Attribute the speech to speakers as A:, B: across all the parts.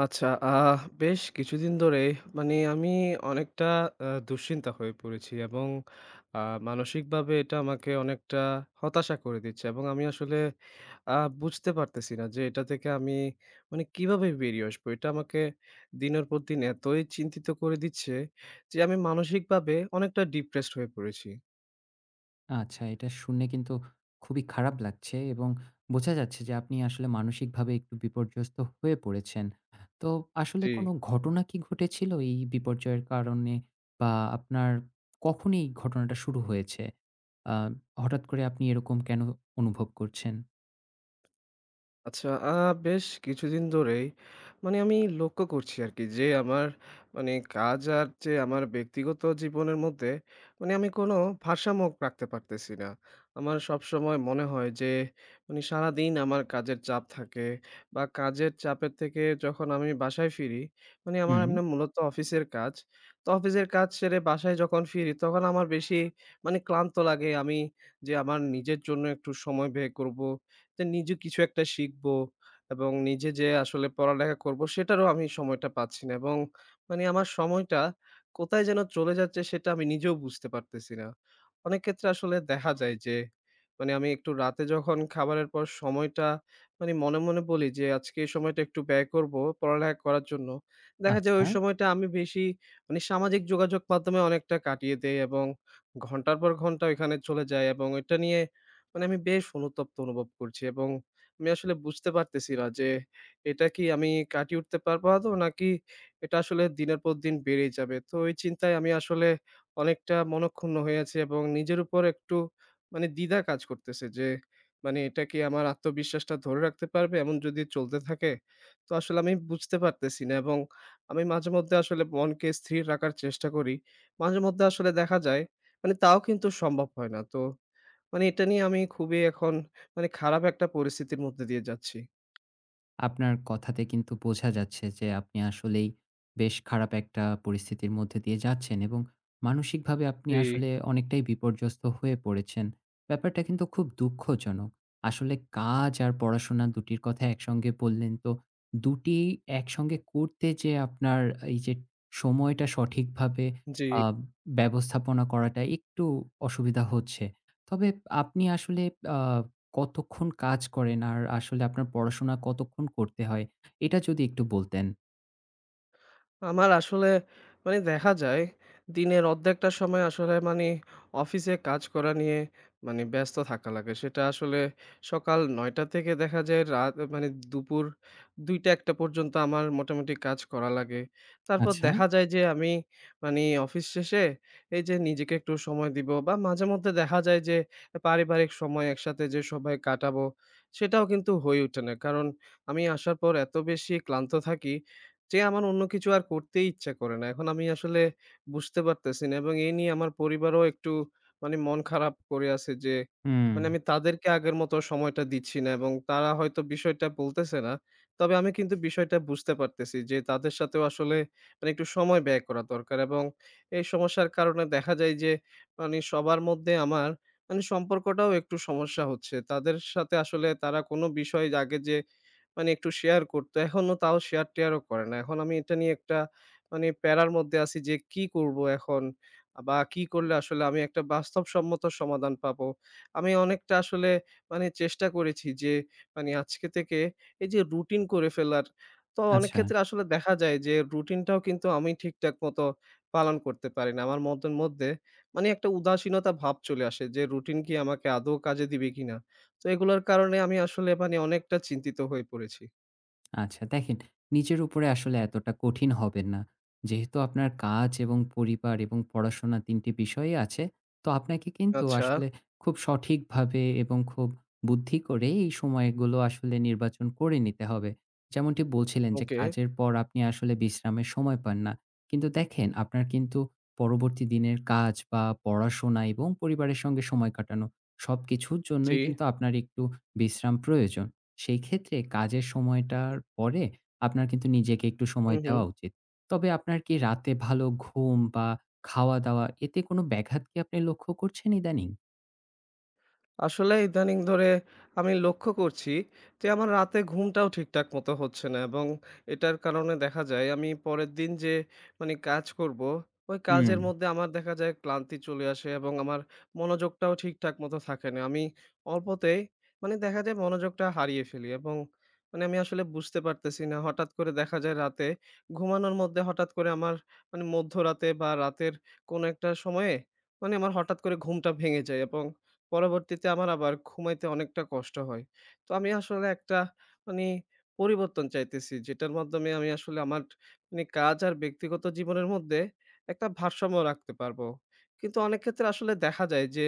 A: আচ্ছা, বেশ কিছুদিন ধরে মানে আমি অনেকটা দুশ্চিন্তা হয়ে পড়েছি এবং আ মানসিকভাবে এটা আমাকে অনেকটা হতাশা করে দিচ্ছে, এবং আমি আসলে আ বুঝতে পারতেছি না যে এটা থেকে আমি মানে কিভাবে বেরিয়ে আসবো? এটা আমাকে দিনের পর দিন এতই চিন্তিত করে দিচ্ছে যে আমি মানসিকভাবে অনেকটা ডিপ্রেসড হয়ে পড়েছি।
B: আচ্ছা, এটা শুনে কিন্তু খুবই খারাপ লাগছে এবং বোঝা যাচ্ছে যে আপনি আসলে মানসিকভাবে একটু বিপর্যস্ত হয়ে পড়েছেন। তো আসলে
A: জি।
B: কোনো ঘটনা কি ঘটেছিল এই বিপর্যয়ের কারণে? বা আপনার কখন এই ঘটনাটা শুরু হয়েছে? আ হঠাৎ করে আপনি এরকম কেন অনুভব করছেন?
A: আচ্ছা, বেশ কিছুদিন ধরেই মানে আমি লক্ষ্য করছি আরকি যে, আমার মানে কাজ আর যে আমার ব্যক্তিগত জীবনের মধ্যে মানে আমি কোনো ভারসাম্য রাখতে পারতেছি না। আমার সবসময় মনে হয় যে, মানে সারাদিন আমার কাজের চাপ থাকে, বা কাজের চাপের থেকে যখন আমি বাসায় ফিরি, মানে আমার
B: হুম।
A: এমনে মূলত অফিসের কাজ। তো অফিসের কাজ সেরে বাসায় যখন ফিরি, তখন আমার বেশি মানে ক্লান্ত লাগে। আমি যে আমার নিজের জন্য একটু সময় ব্যয় করব, যে নিজে কিছু একটা শিখব এবং নিজে যে আসলে পড়ালেখা করব, সেটারও আমি সময়টা পাচ্ছি না, এবং মানে আমার সময়টা কোথায় যেন চলে যাচ্ছে সেটা আমি নিজেও বুঝতে পারতেছি না। অনেক ক্ষেত্রে আসলে দেখা যায় যে মানে আমি একটু রাতে যখন খাবারের পর সময়টা মানে মনে মনে বলি যে আজকে এই সময়টা একটু ব্যয় করব পড়ালেখা করার জন্য। দেখা যায়
B: আচ্ছা।
A: ওই সময়টা আমি বেশি মানে সামাজিক যোগাযোগ মাধ্যমে অনেকটা কাটিয়ে দেই, এবং ঘন্টার পর ঘন্টা ওইখানে চলে যায়, এবং এটা নিয়ে মানে আমি বেশ অনুতপ্ত অনুভব করছি, এবং আমি আসলে বুঝতে পারতেছি না যে এটা কি আমি কাটিয়ে উঠতে পারবো আদৌ, নাকি এটা আসলে দিনের পর দিন বেড়েই যাবে। তো এই চিন্তায় আমি আসলে অনেকটা মনঃক্ষুণ্ণ হয়ে আছি, এবং নিজের উপর একটু মানে দ্বিধা কাজ করতেছে যে মানে এটা কি আমার আত্মবিশ্বাসটা ধরে রাখতে পারবে এমন যদি চলতে থাকে? তো আসলে আমি বুঝতে পারতেছি না, এবং আমি মাঝেমধ্যে আসলে মনকে স্থির রাখার চেষ্টা করি। মাঝেমধ্যে আসলে দেখা যায় মানে তাও কিন্তু সম্ভব হয় না। তো মানে এটা নিয়ে আমি খুবই এখন মানে খারাপ একটা পরিস্থিতির মধ্যে দিয়ে যাচ্ছি।
B: আপনার কথাতে কিন্তু বোঝা যাচ্ছে যে আপনি আসলেই বেশ খারাপ একটা পরিস্থিতির মধ্যে দিয়ে যাচ্ছেন এবং মানসিকভাবে আপনি
A: জি,
B: আসলে অনেকটাই বিপর্যস্ত হয়ে পড়েছেন। ব্যাপারটা কিন্তু খুব দুঃখজনক। আসলে কাজ আর পড়াশোনা দুটির কথা একসঙ্গে বললেন তো, দুটি একসঙ্গে করতে যে আপনার এই যে সময়টা সঠিকভাবে
A: জি।
B: আ ব্যবস্থাপনা করাটা একটু অসুবিধা হচ্ছে। তবে আপনি আসলে আ কতক্ষণ কাজ করেন? আর আসলে আপনার পড়াশোনা কতক্ষণ করতে হয়? এটা যদি একটু বলতেন।
A: আমার আসলে মানে দেখা যায় দিনের অর্ধেকটা সময় আসলে মানে অফিসে কাজ করা নিয়ে মানে ব্যস্ত থাকা লাগে। সেটা আসলে সকাল ৯টা থেকে দেখা যায় রাত মানে দুপুর ২টা-১টা পর্যন্ত আমার মোটামুটি কাজ করা লাগে। তারপর
B: আচ্ছা।
A: দেখা যায় যে আমি মানে অফিস শেষে এই যে নিজেকে একটু সময় দিব, বা মাঝেমধ্যে দেখা যায় যে পারিবারিক সময় একসাথে যে সবাই কাটাবো সেটাও কিন্তু হয়ে ওঠে না। কারণ আমি আসার পর এত বেশি ক্লান্ত থাকি যে আমার অন্য কিছু আর করতেই ইচ্ছা করে না। এখন আমি আসলে বুঝতে পারতেছি না, এবং এই নিয়ে আমার পরিবারও একটু মানে মন খারাপ করে আছে যে,
B: হুম।
A: মানে আমি তাদেরকে আগের মতো সময়টা দিচ্ছি না, এবং তারা হয়তো বিষয়টা বলতেছে না। তবে আমি কিন্তু বিষয়টা বুঝতে পারতেছি যে তাদের সাথেও আসলে মানে একটু সময় ব্যয় করা দরকার, এবং এই সমস্যার কারণে দেখা যায় যে মানে সবার মধ্যে আমার মানে সম্পর্কটাও একটু সমস্যা হচ্ছে। তাদের সাথে আসলে তারা কোনো বিষয় আগে যে মানে একটু শেয়ার করতো। এখনো তাও শেয়ার-টেয়ারও করে না। এখন আমি এটা নিয়ে একটা মানে প্যারার মধ্যে আছি যে কি করব এখন? বা কি করলে আসলে আমি একটা বাস্তবসম্মত সমাধান পাবো? আমি অনেকটা আসলে মানে চেষ্টা করেছি যে মানে আজকে থেকে এই যে রুটিন করে ফেলার, তো অনেক
B: আচ্ছা।
A: ক্ষেত্রে আসলে দেখা যায় যে রুটিনটাও কিন্তু আমি ঠিকঠাক মতো পালন করতে পারি না। আমার মধ্যের মধ্যে মানে একটা উদাসীনতা ভাব চলে আসে যে রুটিন কি আমাকে আদৌ কাজে দিবে কিনা? তো এগুলোর কারণে আমি আসলে মানে অনেকটা চিন্তিত হয়ে পড়েছি।
B: আচ্ছা দেখেন, নিজের উপরে আসলে এতটা কঠিন হবেন না। যেহেতু আপনার কাজ এবং পরিবার এবং পড়াশোনা ৩ টি বিষয়ই আছে, তো আপনাকে কিন্তু
A: আচ্ছা,
B: আসলে খুব সঠিকভাবে এবং খুব বুদ্ধি করে এই সময়গুলো আসলে নির্বাচন করে নিতে হবে। যেমনটি বলছিলেন যে
A: ওকে।
B: কাজের পর আপনি আসলে বিশ্রামের সময় পান না। কিন্তু দেখেন আপনার কিন্তু পরবর্তী দিনের কাজ বা পড়াশোনা এবং পরিবারের সঙ্গে সময় কাটানো সবকিছুর
A: জি।
B: জন্যই কিন্তু আপনার একটু বিশ্রাম প্রয়োজন। সেই ক্ষেত্রে কাজের সময়টার পরে আপনার কিন্তু নিজেকে একটু
A: হু,
B: সময়
A: হু।
B: দেওয়া উচিত। তবে আপনার কি রাতে ভালো ঘুম বা খাওয়া-দাওয়া এতে কোনো ব্যাঘাত কি আপনি লক্ষ্য করছেন ইদানিং?
A: আসলে ইদানিং ধরে আমি লক্ষ্য করছি যে আমার রাতে ঘুমটাও ঠিকঠাক মতো হচ্ছে না, এবং এটার কারণে দেখা যায় আমি পরের দিন যে মানে কাজ করব ওই
B: হুম,
A: কাজের মধ্যে আমার দেখা যায় ক্লান্তি চলে আসে, এবং আমার মনোযোগটাও ঠিকঠাক মতো থাকে না। আমি অল্পতেই মানে দেখা যায় মনোযোগটা হারিয়ে ফেলি, এবং মানে আমি আসলে বুঝতে পারতেছি না হঠাৎ করে দেখা যায় রাতে ঘুমানোর মধ্যে হঠাৎ করে আমার মানে মধ্যরাতে বা রাতের কোনো একটা সময়ে মানে আমার হঠাৎ করে ঘুমটা ভেঙে যায়, এবং পরবর্তীতে আমার আবার ঘুমাইতে অনেকটা কষ্ট হয়। তো আমি আসলে একটা মানে পরিবর্তন চাইতেছি, যেটার মাধ্যমে আমি আসলে আমার মানে কাজ আর ব্যক্তিগত জীবনের মধ্যে একটা ভারসাম্য রাখতে পারবো। কিন্তু অনেক ক্ষেত্রে আসলে দেখা যায় যে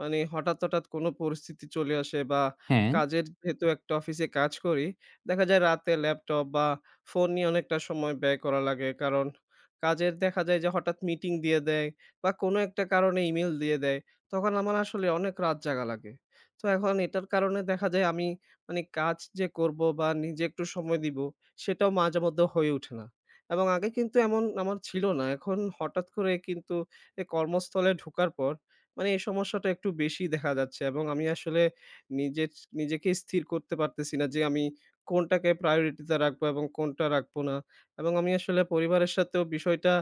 A: মানে হঠাৎ, হঠাৎ কোনো পরিস্থিতি চলে আসে, বা
B: হ্যাঁ,
A: কাজের যেহেতু একটা অফিসে কাজ করি, দেখা যায় রাতে ল্যাপটপ বা ফোন নিয়ে অনেকটা সময় ব্যয় করা লাগে। কারণ কাজের দেখা যায় যে হঠাৎ মিটিং দিয়ে দেয়, বা কোনো একটা কারণে ইমেইল দিয়ে দেয়। তখন আমার আসলে অনেক রাত জাগা লাগে। তো এখন এটার কারণে দেখা যায় আমি মানে কাজ যে করব বা নিজে একটু সময় দিব, সেটাও মাঝেমধ্যে হয়ে ওঠে না। এবং আগে কিন্তু এমন আমার ছিল না। এখন হঠাৎ করে কিন্তু এ কর্মস্থলে ঢোকার পর মানে এই সমস্যাটা একটু বেশি দেখা যাচ্ছে, এবং আমি আসলে নিজের নিজেকে স্থির করতে পারতেছি না যে আমি কোনটাকে priority তে রাখবো এবং কোনটা রাখবো না। এবং আমি আসলে পরিবারের সাথেও বিষয়টা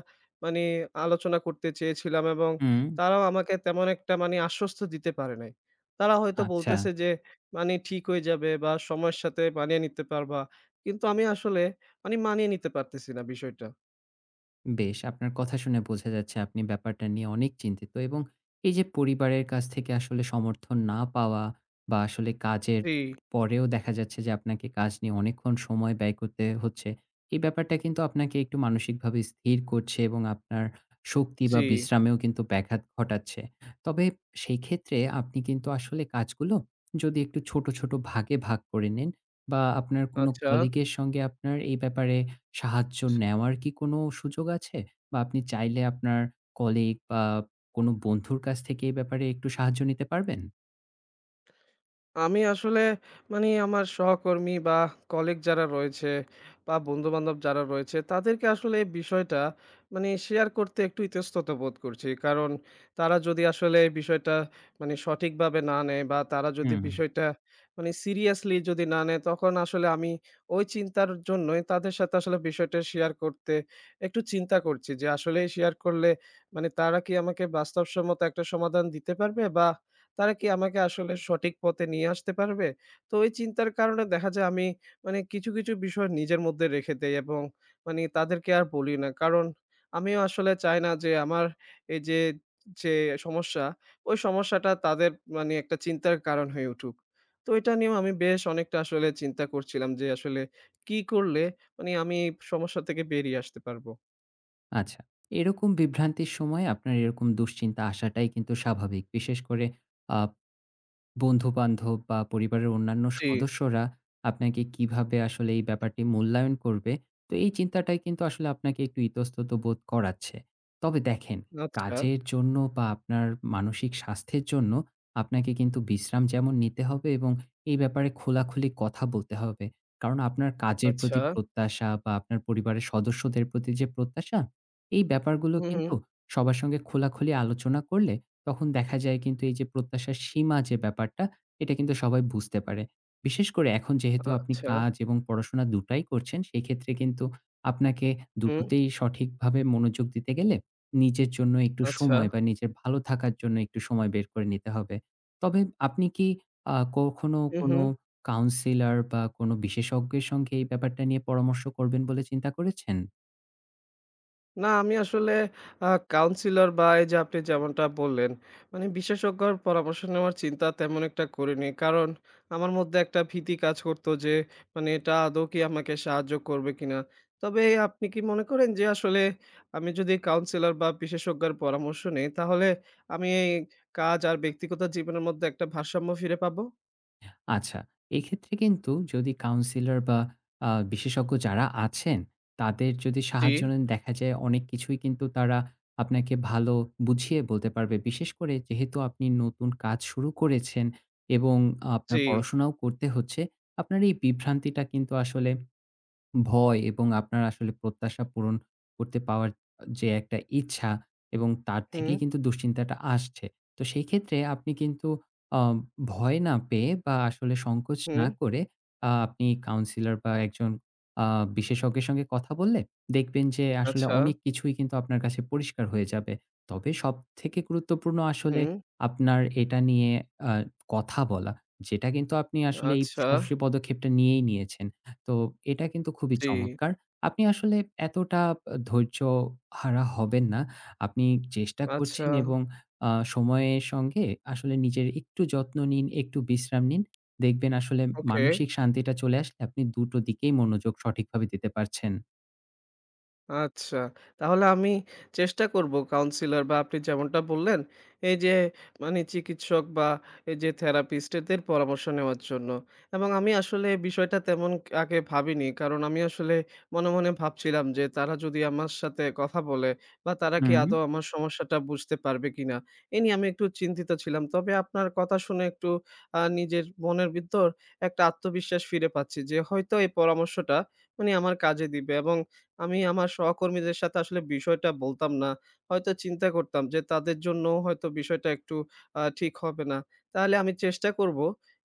A: মানে আলোচনা করতে চেয়েছিলাম, এবং
B: হুম,
A: তারাও আমাকে তেমন একটা মানে আশ্বস্ত দিতে পারে নাই। তারা হয়তো
B: আচ্ছা।
A: বলতেছে যে মানে ঠিক হয়ে যাবে বা সময়ের সাথে মানিয়ে নিতে পারবা। কিন্তু আমি আসলে মানে মানিয়ে নিতে পারতেছি না বিষয়টা।
B: বেশ, আপনার কথা শুনে বোঝা যাচ্ছে আপনি ব্যাপারটা নিয়ে অনেক চিন্তিত এবং এই যে পরিবারের কাছ থেকে আসলে সমর্থন না পাওয়া বা আসলে কাজের
A: জি,
B: পরেও দেখা যাচ্ছে যে আপনাকে কাজ নিয়ে অনেকক্ষণ সময় ব্যয় করতে হচ্ছে। এই ব্যাপারটা কিন্তু আপনাকে একটু মানসিকভাবে স্থির করছে এবং আপনার শক্তি বা
A: জি।
B: বিশ্রামেও কিন্তু ব্যাঘাত ঘটাচ্ছে। তবে সেই ক্ষেত্রে আপনি কিন্তু আসলে কাজগুলো যদি একটু ছোট, ছোট ভাগে ভাগ করে নেন বা আপনার কোনো
A: আচ্ছা।
B: কলিগের সঙ্গে আপনার এই ব্যাপারে সাহায্য নেওয়ার কি কোনো সুযোগ আছে? বা আপনি চাইলে আপনার কলিগ বা কোনো বন্ধুর কাছ থেকে এই ব্যাপারে একটু সাহায্য নিতে পারবেন?
A: আমি আসলে মানে আমার সহকর্মী বা কলিগ যারা রয়েছে বা বন্ধু-বান্ধব যারা রয়েছে তাদেরকে আসলে এই বিষয়টা মানে শেয়ার করতে একটু ইতস্তত বোধ করছি। কারণ তারা যদি আসলে এই বিষয়টা মানে সঠিকভাবে না নেয়, বা তারা যদি
B: হুম,
A: বিষয়টা মানে সিরিয়াসলি যদি না নেয়, তখন আসলে আমি ওই চিন্তার জন্যই তাদের সাথে আসলে বিষয়টা শেয়ার করতে একটু চিন্তা করছি যে আসলেই শেয়ার করলে মানে তারা কি আমাকে বাস্তবসম্মত একটা সমাধান দিতে পারবে, বা তারা কি আমাকে আসলে সঠিক পথে নিয়ে আসতে পারবে? তো ওই চিন্তার কারণে দেখা যায় আমি মানে কিছু, কিছু বিষয় নিজের মধ্যে রেখে দেই, এবং মানে তাদেরকে আর বলি না। কারণ আমিও আসলে চাই না যে আমার এই যে সমস্যা, ওই সমস্যাটা তাদের মানে একটা চিন্তার কারণ হয়ে উঠুক। তো এটা নিয়েও আমি বেশ অনেকটা আসলে চিন্তা করছিলাম যে আসলে কি করলে মানে আমি এই সমস্যা থেকে বেরিয়ে আসতে পারবো?
B: আচ্ছা। এরকম বিভ্রান্তির সময় আপনার এরকম দুশ্চিন্তা আসাটাই কিন্তু স্বাভাবিক। বিশেষ করে আ বন্ধু-বান্ধব বা পরিবারের অন্যান্য হুম।
A: জি।
B: সদস্যরা আপনাকে কিভাবে আসলে এই ব্যাপারটি মূল্যায়ন করবে? তো এই চিন্তাটাই কিন্তু আসলে আপনাকে একটু ইতস্তত বোধ করাচ্ছে। তবে দেখেন,
A: আচ্ছা,
B: কাজের জন্য বা আপনার মানসিক স্বাস্থ্যের জন্য আপনাকে কিন্তু বিশ্রাম যেমন নিতে হবে এবং এই ব্যাপারে খোলাখুলি কথা বলতে হবে। কারণ আপনার কাজের
A: আচ্ছা।
B: প্রতি প্রত্যাশা বা আপনার পরিবারের সদস্যদের প্রতি যে প্রত্যাশা, এই ব্যাপারগুলো
A: হুম, হুম।
B: কিন্তু সবার সঙ্গে খোলাখুলি আলোচনা করলে তখন দেখা যায় কিন্তু এই যে প্রত্যাশার সীমা যে ব্যাপারটা, এটা কিন্তু সবাই বুঝতে পারে। বিশেষ করে এখন যেহেতু আপনি
A: আচ্ছা।
B: কাজ এবং পড়াশোনা দুটাই করছেন, সেক্ষেত্রে কিন্তু আপনাকে
A: হুম,
B: দুটোতেই সঠিকভাবে মনোযোগ দিতে গেলে নিজের জন্য একটু
A: আচ্ছা।
B: সময় বা নিজের ভালো থাকার জন্য একটু সময় বের করে নিতে হবে। তবে আপনি কি কখনো
A: হুম,
B: কোনো
A: হুম।
B: কাউন্সিলর বা কোনো বিশেষজ্ঞের সঙ্গে এই ব্যাপারটা নিয়ে পরামর্শ করবেন বলে চিন্তা করেছেন?
A: না, আমি আসলে আ কাউন্সিলর বা এই যে আপনি যেমনটা বললেন, মানে বিশেষজ্ঞর পরামর্শ নেওয়ার চিন্তা তেমন একটা করিনি। কারণ আমার মধ্যে একটা ভীতি কাজ করত যে, মানে এটা আদৌ কি আমাকে সাহায্য করবে কিনা? তবে আপনি কি মনে করেন যে আসলে আমি যদি কাউন্সিলর বা বিশেষজ্ঞের পরামর্শ নেই, তাহলে আমি এই কাজ আর ব্যক্তিগত জীবনের মধ্যে একটা ভারসাম্য ফিরে পাবো?
B: আচ্ছা, এক্ষেত্রে কিন্তু যদি কাউন্সিলর বা বিশেষজ্ঞ যারা আছেন, তাদের যদি
A: জি,
B: সাহায্য নেন দেখা যায় অনেক কিছুই কিন্তু তারা আপনাকে ভালো বুঝিয়ে বলতে পারবে। বিশেষ করে যেহেতু আপনি নতুন কাজ শুরু করেছেন এবং আপনার
A: জি।
B: পড়াশোনাও করতে হচ্ছে, আপনার এই বিভ্রান্তিটা কিন্তু আসলে ভয় এবং আপনার আসলে প্রত্যাশা পূরণ করতে পাওয়ার যে একটা ইচ্ছা এবং তার
A: হুম,
B: থেকেই কিন্তু দুশ্চিন্তাটা আসছে। তো সেই ক্ষেত্রে আপনি কিন্তু আ ভয় না পেয়ে বা আসলে সংকোচ না
A: হুম।
B: করে আপনি কাউন্সিলর বা একজন আ বিশেষজ্ঞের সঙ্গে কথা বললে দেখবেন যে আসলে
A: আচ্ছা,
B: অনেক কিছুই কিন্তু আপনার কাছে পরিষ্কার হয়ে যাবে। তবে সবথেকে গুরুত্বপূর্ণ আসলে
A: হুম,
B: আপনার এটা নিয়ে আ কথা বলা। যেটা কিন্তু আপনি আসলে এই
A: আচ্ছা,
B: সাহসী পদক্ষেপটা নিয়েই নিয়েছেন। তো এটা কিন্তু খুবই
A: জি,
B: চমৎকার। আপনি আসলে এতটা ধৈর্যহারা হবেন না। আপনি চেষ্টা
A: আচ্ছা,
B: করছেন এবং আ সময়ের সঙ্গে আসলে নিজের একটু যত্ন নিন, একটু বিশ্রাম নিন। দেখবেন আসলে
A: ওকে।
B: মানসিক শান্তিটা চলে আসলে আপনি দুটো দিকেই মনোযোগ সঠিকভাবে দিতে পারছেন।
A: আচ্ছা। তাহলে আমি চেষ্টা করব কাউন্সিলর বা আপনি যেমনটা বললেন, এই যে মানে চিকিৎসক বা এই যে থেরাপিস্ট এদের পরামর্শ নেওয়ার জন্য। এবং আমি আসলে বিষয়টা তেমন আগে ভাবিনি। কারণ আমি আসলে মনে, মনে ভাবছিলাম যে তারা যদি আমার সাথে কথা বলে বা তারা কি
B: হুম,
A: আদৌ আমার সমস্যাটা বুঝতে পারবে কিনা? এ নিয়ে আমি একটু চিন্তিত ছিলাম। তবে আপনার কথা শুনে একটু নিজের মনের ভিতর একটা আত্মবিশ্বাস ফিরে পাচ্ছি যে হয়তো এই পরামর্শটা মানে আমার কাজে দিবে, এবং আমি আমার সহকর্মীদের সাথে আসলে বিষয়টা বলতাম না। হয়তো চিন্তা করতাম যে তাদের জন্যও হয়তো বিষয়টা একটু ঠিক হবে না। তাহলে আমি চেষ্টা করব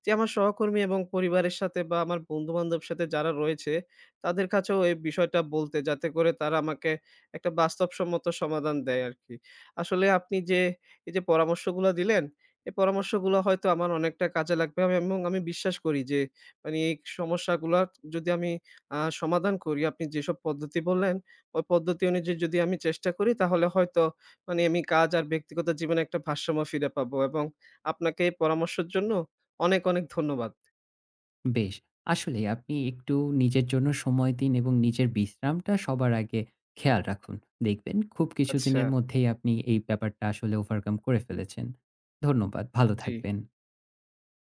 A: যে আমার সহকর্মী এবং পরিবারের সাথে বা আমার বন্ধু-বান্ধব সাথে যারা রয়েছে তাদের কাছেও এই বিষয়টা বলতে, যাতে করে তারা আমাকে একটা বাস্তবসম্মত সমাধান দেয় আরকি। আসলে আপনি যে এই যে পরামর্শগুলা দিলেন, এই পরামর্শগুলো হয়তো আমার অনেকটা কাজে লাগবে আমি, এবং আমি বিশ্বাস করি যে মানে এই সমস্যাগুলা যদি আমি সমাধান করি, আপনি যেসব পদ্ধতি বললেন, ওই পদ্ধতি অনুযায়ী যদি আমি চেষ্টা করি তাহলে হয়তো মানে আমি কাজ আর ব্যক্তিগত জীবনে একটা ভারসাম্য ফিরে পাবো, এবং আপনাকে এই পরামর্শের জন্য অনেক, অনেক ধন্যবাদ।
B: বেশ। আসলেই আপনি একটু নিজের জন্য সময় দিন এবং নিজের বিশ্রামটা সবার আগে খেয়াল রাখুন। দেখবেন খুব
A: আচ্ছা,
B: কিছুদিনের মধ্যেই আপনি এই ব্যাপারটা আসলে ওভারকাম করে ফেলেছেন। ধন্যবাদ। ভালো
A: জি।
B: থাকবেন।